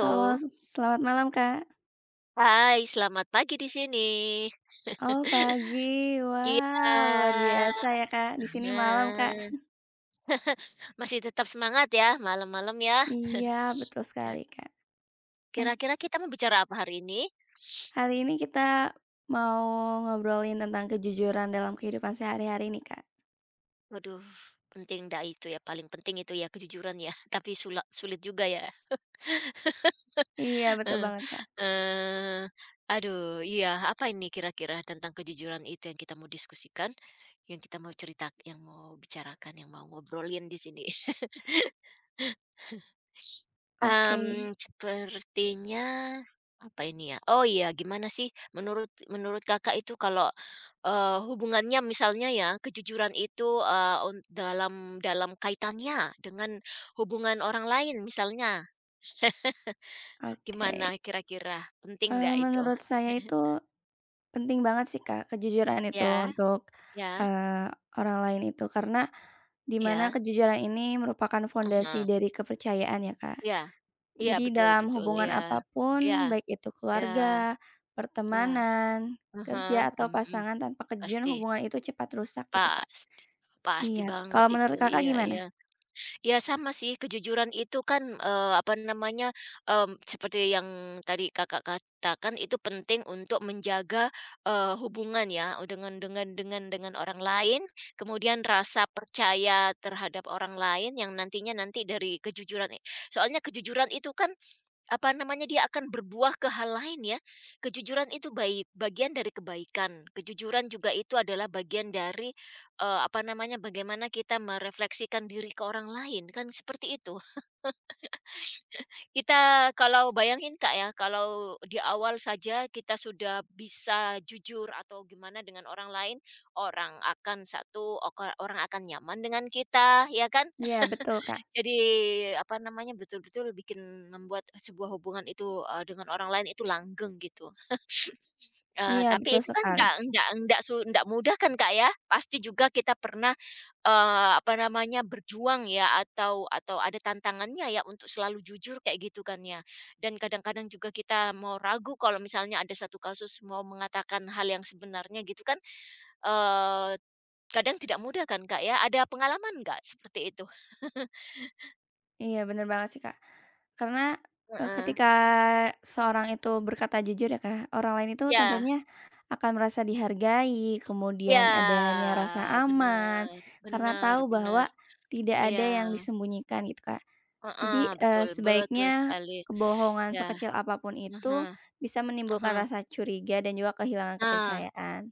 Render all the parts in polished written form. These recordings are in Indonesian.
Halo, selamat malam, Kak. hai selamat pagi di sini. Oh, pagi. Iya, Wah, luar biasa ya, Kak. Di sini malam, Kak. heeh, masih tetap semangat ya malam-malam ya. Iya, betul sekali, Kak. Nah, Kira-kira kita mau bicara apa hari ini? hari ini kita mau ngobrolin tentang kejujuran dalam kehidupan sehari-hari nih, Kak. Waduh, penting dah itu ya, paling penting itu ya kejujuran ya, tapi sulit sulit juga ya. Iya, betul Eh, banget, Kak. eee, aduh iya, apa ini kira-kira tentang kejujuran itu yang kita mau diskusikan, yang kita mau cerita yang mau bicarakan, yang mau ngobrolin di sini? Oke, Sepertinya, apa ini ya, oh iya, gimana sih menurut menurut Kakak itu kalau, hubungannya misalnya ya, kejujuran itu, eee, un dalam dalam kaitannya dengan hubungan orang lain misalnya, gimana oke. kira-kira? Penting nggak itu? Menurut saya itu penting banget sih, Kak, kejujuran itu Ya untuk, ya eee, orang lain itu, karena di mana ya, kejujuran ini merupakan ah fondasi hah, dari kepercayaan ya, Kak. iya iya, Jadi betul dalam betul, hubungan iya iya apapun, baik itu iya keluarga, iya, pertemanan, ah hah, kerja, atau mhm, pasangan, tanpa kejujuran pasti hubungan itu cepat rusak gitu, Kak. pasti pasti Iya, banget kalau itu, menurut Kakak iya gimana? iya. Ya sama sih, kejujuran itu kan, apa namanya, seperti yang tadi Kakak katakan itu penting untuk menjaga, hubungan ya, dengan orang lain, kemudian rasa percaya terhadap orang lain yang nantinya nanti dari kejujuran i soalnya kejujuran itu kan apa namanya, dia akan berbuah ke hal lain ya. Kejujuran itu baik bagian dari kebaikan, kejujuran juga itu adalah bagian dari, apa namanya, bagaimana kita merefleksikan diri ke orang lain, kan seperti itu. Kita kalau bayangin Kak ya, kalau di awal saja kita sudah bisa jujur atau gimana dengan orang lain, orang akan nyaman dengan kita, ya kan? Iya betul, Kak. Jadi, apa namanya, betul-betul membuat sebuah hubungan itu, dengan orang lain itu langgeng gitu. Iya Tapi betul itu kan sekali. Nggak mudah kan, Kak, ya? Pasti juga kita pernah, apa namanya, berjuang ya atau ada tantangannya ya untuk selalu jujur kayak gitu kan ya. Dan kadang-kadang juga kita mau ragu kalau misalnya ada satu kasus mau mengatakan hal yang sebenarnya gitu kan, eee, kadang tidak mudah kan, Kak, ya? Ada pengalaman nggak seperti itu? Iya bener banget sih, Kak. Karena, Heeh. ketika seorang itu berkata jujur ya, Kak, orang lain itu Iya. tentunya akan merasa dihargai, Iya, kemudian adanya rasa aman, bener karena bener tahu bener, bahwa tidak iya, ada yang disembunyikan gitu, Kak. heeh, Jadi, betul betul sebaiknya sekali, kebohongan iya, sekecil apapun ah itu hah, bisa menimbulkan ah, rasa curiga dan juga kehilangan nah, kepercayaan.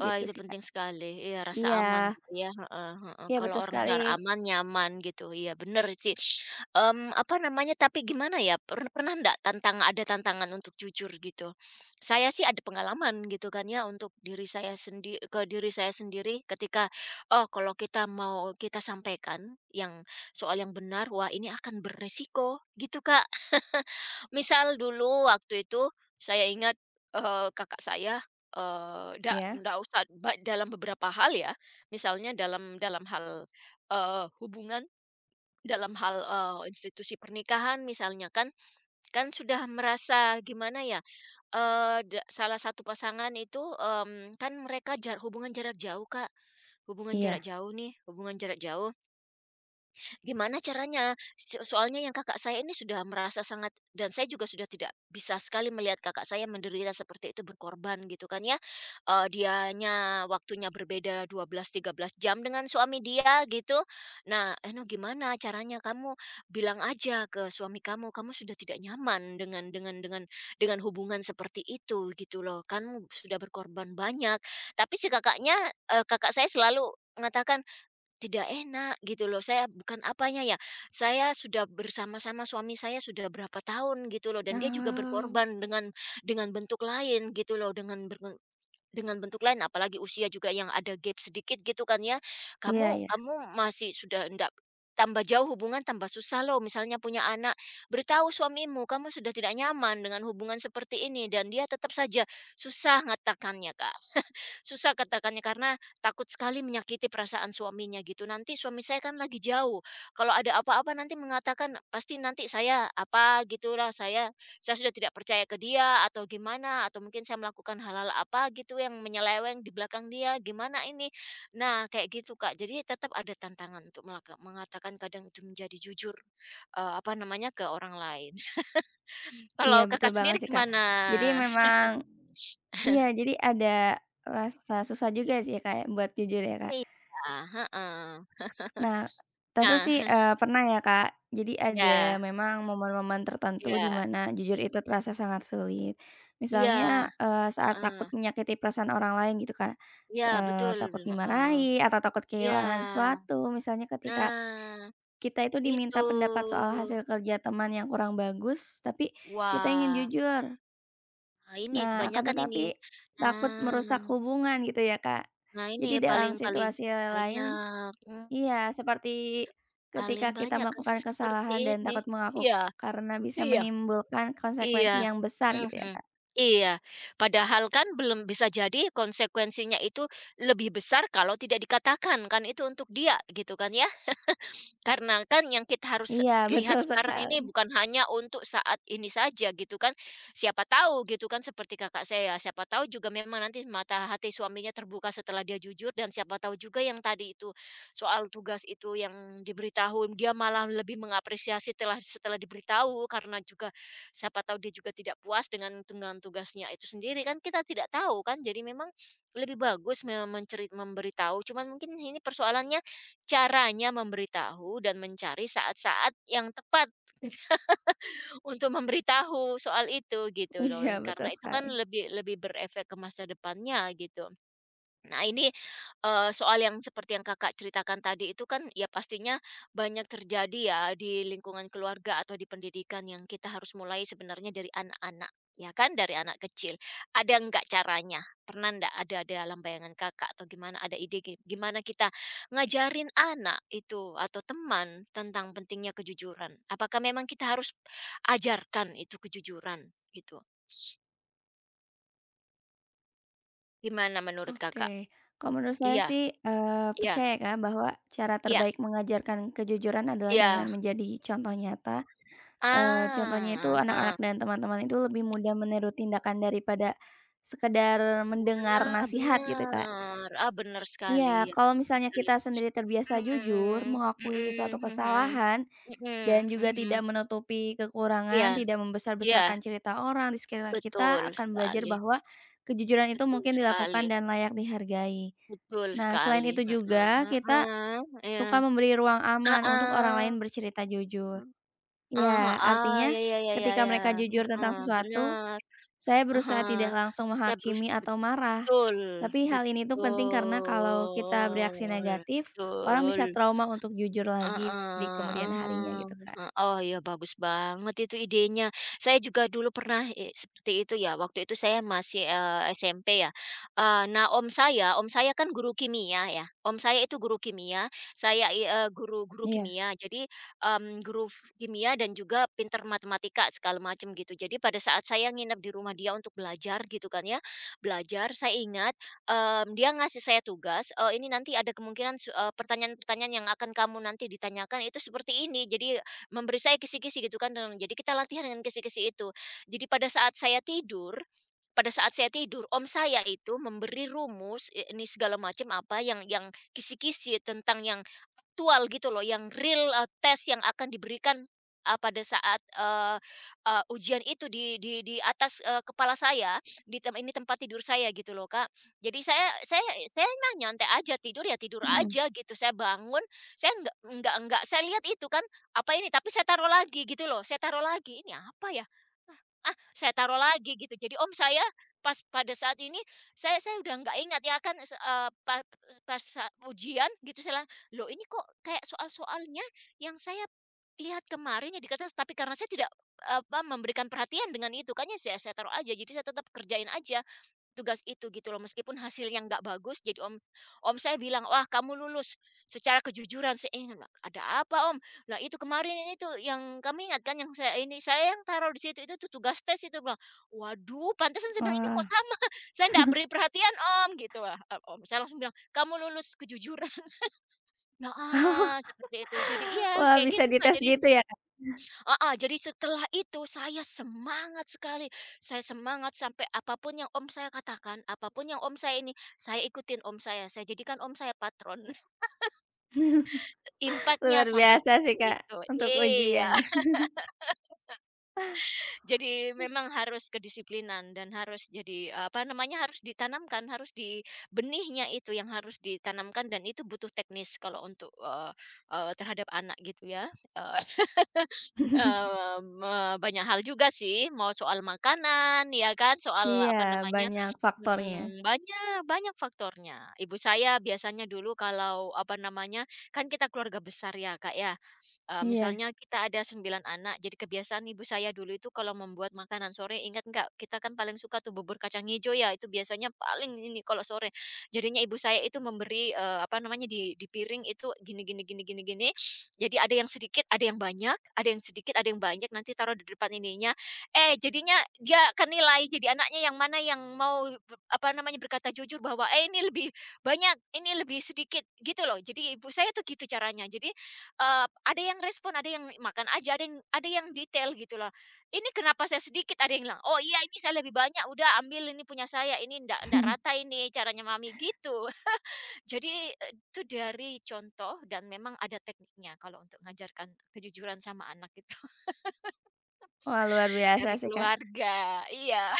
wah, Gitu itu sih, Kak. penting sekali. Iya, rasa aman Iya, gitu ya, heeh heeh. iya Kalau betul orang sekali. secara aman, nyaman gitu, iya bener sih. Apa namanya, tapi gimana ya, pernah pernah ndak ada tantangan untuk jujur gitu? Saya sih ada pengalaman gitu kan ya, untuk diri saya sendi ke diri saya sendiri ketika, oh kalau kita mau kita sampaikan yang soal yang benar, wah ini akan beresiko gitu, Kak. Misal dulu waktu itu saya ingat, kakak saya, eee, ndak Iya? ndak usah ba dalam beberapa hal ya, misalnya dalam dalam hal, hubungan, dalam hal, institusi pernikahan misalnya kan, kan sudah merasa gimana ya, eee, da salah satu pasangan itu, kan mereka jar hubungan jarak jauh Kak, hubungan jarak Iya. jauh nih, hubungan jarak jauh. Gimana caranya? Soalnya yang kakak saya ini sudah merasa sangat dan saya juga sudah tidak bisa sekali melihat kakak saya menderita seperti itu, berkorban gitu kan ya. Dianya waktunya berbeda 12, 13 jam dengan suami dia gitu. Nah, "Eno gimana caranya? Kamu bilang aja ke suami kamu, kamu sudah tidak nyaman dengan hubungan seperti itu gitu loh. Kamu sudah berkorban banyak." Tapi si kakaknya kakak saya selalu mengatakan tidak enak gitu loh, saya bukan apanya ya, saya sudah bersama-sama suami saya sudah berapa tahun gitu loh dan dia juga Oh, berkorban dengan bentuk lain gitu loh, dengan bentuk lain apalagi usia juga yang ada gap sedikit gitu kan ya. iya Kamu iya. kamu masih sudah ndak tambah jauh hubungan tambah susah loh misalnya punya anak, beritahu suamimu kamu sudah tidak nyaman dengan hubungan seperti ini dan dia tetap saja susah ngatakannya, Kak. Susah katakannya karena takut sekali menyakiti perasaan suaminya gitu. Nanti suami saya kan lagi jauh. Kalau ada apa-apa nanti mengatakan pasti nanti saya apa gitulah saya sudah tidak percaya ke dia atau gimana atau mungkin saya melakukan hal-hal apa gitu yang menyeleweng di belakang dia gimana ini. Nah, kayak gitu Kak. Jadi tetap ada tantangan untuk mengatakan kadang itu menjadi jujur apa namanya ke orang lain. Iya Kalau betul Kakak banget sendiri sih, Kak. Jadi gimana? memang, iya, jadi ada rasa susah juga sih ya, Kak, ya buat jujur ya, Kak. Iya, heeh. Nah, tentu sih, Nah, pernah ya, Kak. Jadi ya, ada memang momen-momen tertentu di ya. mana jujur itu terasa sangat sulit. Iya, Misalnya, saat heeh. takut menyakiti perasaan orang lain gitu, Kak. Iya, betul, Takut heeh. dimarahi atau takut Iya, kehilangan sesuatu, misalnya ketika nah, kita itu itu. diminta pendapat soal hasil kerja teman yang kurang bagus, tapi kita ingin Wah, jujur. ini Nah, akan kebanyakan ini. tetapi takut Nah merusak hubungan gitu ya, Kak. nah ini Jadi paling dalam paling situasi lain, banyak, mmm, iya, seperti paling ketika kita banyak melakukan kasus seperti kesalahan dan ini. takut mengaku Iya karena bisa iya menimbulkan konsekuensi iya, yang besar gitu ya, mhm, Kak? iya. Padahal kan belum bisa jadi konsekuensinya itu lebih besar kalau tidak dikatakan kan, itu untuk dia gitu kan ya. Karena kan yang kita harus Iya, lihat betul sekarang sekali. ini bukan hanya untuk saat ini saja gitu kan. Siapa tahu gitu kan seperti kakak saya, siapa tahu juga memang nanti mata hati suaminya terbuka setelah dia jujur dan siapa tahu juga yang tadi itu soal tugas itu yang diberitahu dia malah lebih mengapresiasi setelah setelah diberitahu karena juga siapa tahu dia juga tidak puas dengan tugasnya itu sendiri kan kita tidak tahu kan. Jadi memang lebih bagus me- mencerit memberitahu. Cuman mungkin ini persoalannya caranya memberitahu dan mencari saat-saat yang tepat untuk memberitahu soal itu gitu loh, Iya, karena betul itu kan sekali. lebih lebih berefek ke masa depannya gitu. Nah ini, soal yang seperti yang Kakak ceritakan tadi itu kan ya pastinya banyak terjadi ya di lingkungan keluarga atau di pendidikan yang kita harus mulai sebenarnya dari anak-anak, ya kan? Dari anak kecil. Ada nggak caranya? Pernah ndak ada dalam bayangan Kakak atau gimana, ada ide gimana kita ngajarin anak itu atau teman tentang pentingnya kejujuran? Apakah memang kita harus ajarkan itu kejujuran gitu? Gimana menurut Oke, Kakak? kalau menurut saya Iya sih, iya percaya ya, Kak, bahwa cara iya terbaik mengajarkan kejujuran adalah iya dengan iya. menjadi contoh nyata. Eee, contohnya itu Ah, anak-anak heeh. dan teman-teman itu lebih mudah meniru tindakan daripada sekedar Mhm. mendengar Nah, nasihat gitu, Kak. bener. Ah, benar sekali, Iya, ya kalau bener misalnya sekali. kita sendiri terbiasa jujur, Mhm mengakui suatu mhm mhm. kesalahan, Mhm dan juga mhm. tidak menutupi Iya kekurangan, tidak iya, membesar-besarkan cerita orang di sekitar kita, betul akan belajar sekali bahwa kejujuran itu betul mungkin sekali dilakukan dan layak dihargai. betul Nah, selain sekali, itu heeh juga kita heeh, iya. suka memberi ruang aman untuk orang Heeh. lain bercerita jujur. Ah Iya, ah artinya ya ya ya ya ketika ya, mereka jujur tentang heeh, sesuatu, benar saya berusaha heeh. tidak langsung Saya berus menghakimi atau marah. betul Tapi hal ini tuh penting karena kalau kita bereaksi betul. negatif, orang Betul. bisa trauma untuk jujur lagi di Heeh, kemudian harinya oh, gitu, Kak. he oh, iya bagus banget itu idenya. Saya juga dulu pernah, seperti itu ya, waktu itu saya masih, SMP ya. Nah, om saya kan guru kimia ya, om saya itu guru kimia, saya i eee, guru guru Iya. kimia. Jadi, guru kimia dan juga pinter matematika segala macam gitu. Jadi pada saat saya nginep di rumah dia untuk belajar gitu kan ya, belajar, saya ingat. Dia ngasih saya tugas, ini nanti ada kemungkinan pertanyaan-pertanyaan yang akan kamu nanti ditanyakan itu seperti ini. Jadi memberi saya kisi-kisi gitu kan, dan jadi kita latihan dengan kisi-kisi itu. Jadi pada saat saya tidur, om saya itu memberi rumus, ini segala macam apa yang kisi-kisi tentang yang aktual gitu loh, yang real, tes yang akan diberikan, pada saat, eee eee, ujian itu di atas, kepala saya, di tem ini tempat tidur saya gitu loh, Kak. Jadi saya mah nyantai aja, tidur ya tidur Mhm. aja gitu. Saya bangun, saya nggak saya lihat itu kan, apa ini, tapi saya taruh lagi gitu loh, saya taruh lagi, "Ini apa ya? Ah, saya taruh lagi," gitu. Jadi om saya pada saat ini, saya udah nggak ingat ya kan, se eee, pa pas saat ujian gitu saya lo ini kok kayak soal-soalnya yang saya lihat kemarin ya tapi karena saya tidak, apa, memberikan perhatian dengan itu, kayaknya saya taruh aja, jadi saya tetap kerjain aja. Tugas itu gitu loh, meskipun hasilnya nggak bagus, jadi om om saya bilang, "Wah, kamu lulus secara kejujuran." Saya ingin, "Lah, "Ada apa, Om?" "Lah, itu kemarin itu yang kami ingat kan yang saya ini, saya yang taruh di situ, itu tuh tugas tes itu," bilang. "Waduh, pantesan," saya bilang, "ini kok Wah. sama, saya nggak beri perhatian, Om." Gitu lah, om saya langsung bilang, "Kamu lulus kejujuran." Heeh, seperti itu. Jadi iya, Wah, kayak bisa gitu, Kak. dites Jadi gitu ya, Kak? heeh, jadi setelah itu saya semangat sekali, saya semangat sampai apapun yang om saya katakan, apapun yang om saya ini, saya ikutin om saya jadikan om saya patron. Impact Luar sampai biasa sih, seperti Kak, itu. untuk Iya, ujiannya. jadi Hmm. memang harus kedisiplinan dan harus jadi, apa namanya, harus ditanamkan, harus di benihnya itu yang harus ditanamkan dan itu butuh teknis kalau untuk, eee eee, terhadap anak gitu ya, eee Eee, me banyak hal juga sih, mau soal makanan, ya kan, soal Iya, apa namanya banyak faktornya. mhm, banyak banyak faktornya. Ibu saya biasanya dulu kalau apa namanya, kan kita keluarga besar ya, Kak, ya. Iya. Misalnya kita ada 9 anak, jadi kebiasaan ibu saya dulu itu kalau membuat makanan sore, ingat nggak, kita kan paling suka tuh bubur kacang hijau ya, itu biasanya paling ini kalau sore. Jadinya ibu saya itu memberi, apa namanya, di piring itu gini gini gini gini gini, jadi ada yang sedikit, ada yang banyak, ada yang sedikit, ada yang banyak, nanti taruh di depan ininya. Eh, jadinya dia akan nilai, jadi anaknya yang mana yang mau apa namanya, berkata jujur bahwa, "Eh, ini lebih banyak, ini lebih sedikit." Gitu loh. Jadi ibu saya tuh gitu caranya. Jadi, ada yang respon, ada yang makan aja, ada yang detail gitu loh. "Ini kenapa saya sedikit?" Ada yang bilang, "Oh iya ini saya lebih banyak, udah ambil ini punya saya, ini ndak ndak rata ini caranya mami," gitu. Jadi, itu dari contoh dan memang ada tekniknya kalau untuk mengajarkan kejujuran sama anak itu Wah, luar biasa dari sih, Kak. keluarga. Iya,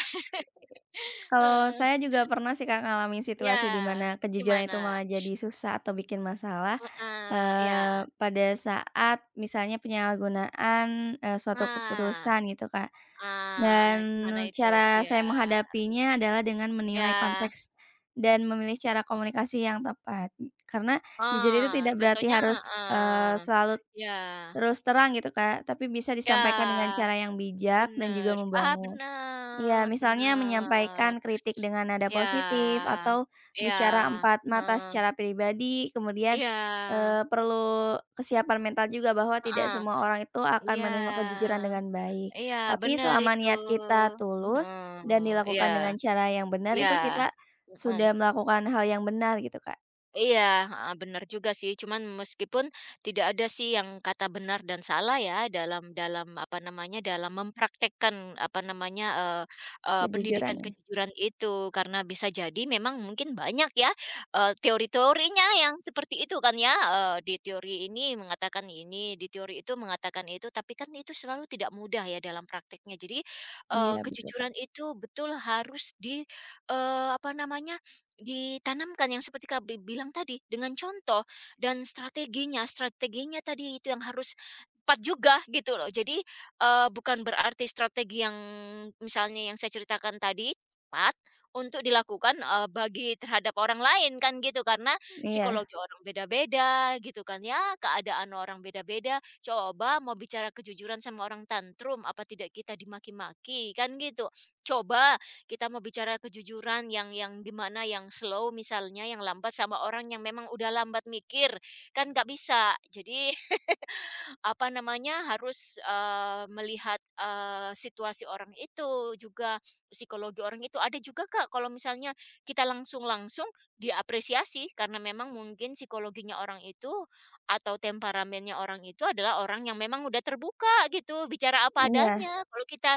Kalau heeh, saya juga pernah sih, Kak, ngalamin situasi di iya, mana kejujuran gimana? itu malah jadi susah atau bikin masalah, Heeh, iya. Pada saat misalnya penyalahgunaan, suatu Nah, keputusan gitu, Kak. ah, Dan gimana itu? cara Ya, saya menghadapinya adalah dengan menilai ya. konteks dan memilih cara komunikasi yang tepat. Karena jujur itu Ah tidak berarti contohnya, harus, ah, selalu ya terus terang gitu, Kak, tapi bisa disampaikan dengan ya cara yang bijak dan juga bener. Ah, membangun. bener Iya, misalnya bener. menyampaikan kritik dengan nada Ya positif atau bicara ya empat mata heeh. secara pribadi, kemudian, Iya. Perlu kesiapan mental juga bahwa tidak Heeh. semua orang itu akan Iya. menerima kejujuran dengan baik. Iya, Tapi bener selama itu. niat kita tulus Mhm. dan Iya dilakukan dengan cara yang benar, itu iya. kita Heeh. sudah melakukan hal yang benar gitu, Kak, Iya, heeh, bener juga sih. Cuman meskipun tidak ada sih yang kata benar dan salah ya dalam dalam apa namanya, dalam mempraktekkan apa namanya, eee eee, kejujuran pendidikan ini. kejujuran itu. Karena bisa jadi memang mungkin banyak ya, teori-teorinya yang seperti itu kan ya, di teori ini mengatakan ini, di teori itu mengatakan itu, tapi kan itu selalu tidak mudah ya dalam prakteknya. Jadi, Iya betul, Kak. kejujuran itu betul harus apa namanya, ditanamkan yang seperti Kakak bilang tadi, dengan contoh dan strateginya strateginya tadi itu yang harus tepat juga gitu loh. Jadi, bukan berarti strategi yang misalnya yang saya ceritakan tadi tepat untuk dilakukan, bagi terhadap orang lain kan gitu, karena Iya psikologi orang beda-beda gitu kan ya, keadaan orang beda-beda. Coba mau bicara kejujuran sama orang tantrum, apa tidak kita dimaki-maki kan gitu. Coba kita mau bicara kejujuran yang gimana, yang slow misalnya, yang lambat sama orang yang memang udah lambat mikir, kan nggak bisa. Jadi apa namanya, harus, melihat, situasi orang itu juga, psikologi orang itu. Ada juga, Kak, kalau misalnya kita langsung-langsung diapresiasi karena memang mungkin psikologinya orang itu atau temperamennya orang itu adalah orang yang memang udah terbuka gitu, bicara apa adanya. iya. Iya. Kalau kita,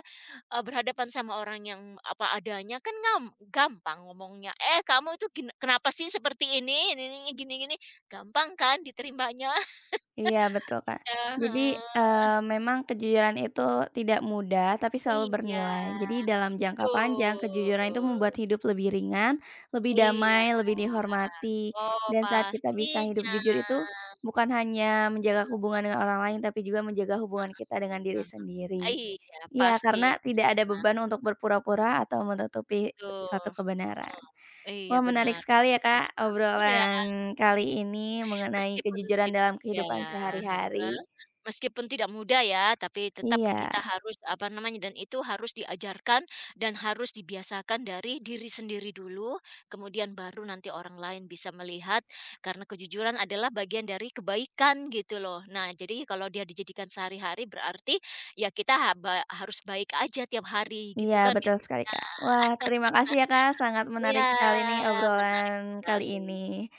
berhadapan sama orang yang apa adanya kan gampang ngomongnya, "Eh, kamu itu kenapa sih seperti ini? Ini gini gini." Gampang kan diterimanya. Iya betul, Kak. Ya, Jadi, memang kejujuran itu tidak mudah, tapi selalu iya, bernilai. Jadi dalam jangka panjang, betul. kejujuran itu membuat hidup lebih ringan, lebih Iya. damai, lebih dihormati. Oh, Dan saat kita bisa hidup pastinya. jujur itu, bukan hanya menjaga hubungan dengan orang lain, tapi juga menjaga hubungan kita dengan diri Nah, sendiri. iya, Ya, karena tidak ada pastinya. beban untuk berpura-pura atau menutupi suatu Betul, kebenaran. heeh. Iya, Wah, menarik benar, sekali ya, heeh. Kak, obrolan Iya. kali ini mengenai Meskipun ti kejujuran dalam kehidupan iya, heeh, sehari-hari. meskipun tidak mudah ya, tapi tetap kita Iya harus, apa namanya, dan itu harus diajarkan dan harus dibiasakan dari diri sendiri dulu, kemudian baru nanti orang lain bisa melihat, karena kejujuran adalah bagian dari kebaikan gitu loh. Nah, jadi kalau dia dijadikan sehari-hari berarti ya kita ha ba harus baik aja tiap hari gitu iya, kan ya. betul sekali, Kak. Wah, terima kasih ya, Kak, sangat Iya, menarik sekali nih menarik obrolan kali sekali ini.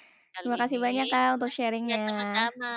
Terima kali kasih ini. banyak, Kak, untuk Iya, sharingnya. sama-sama.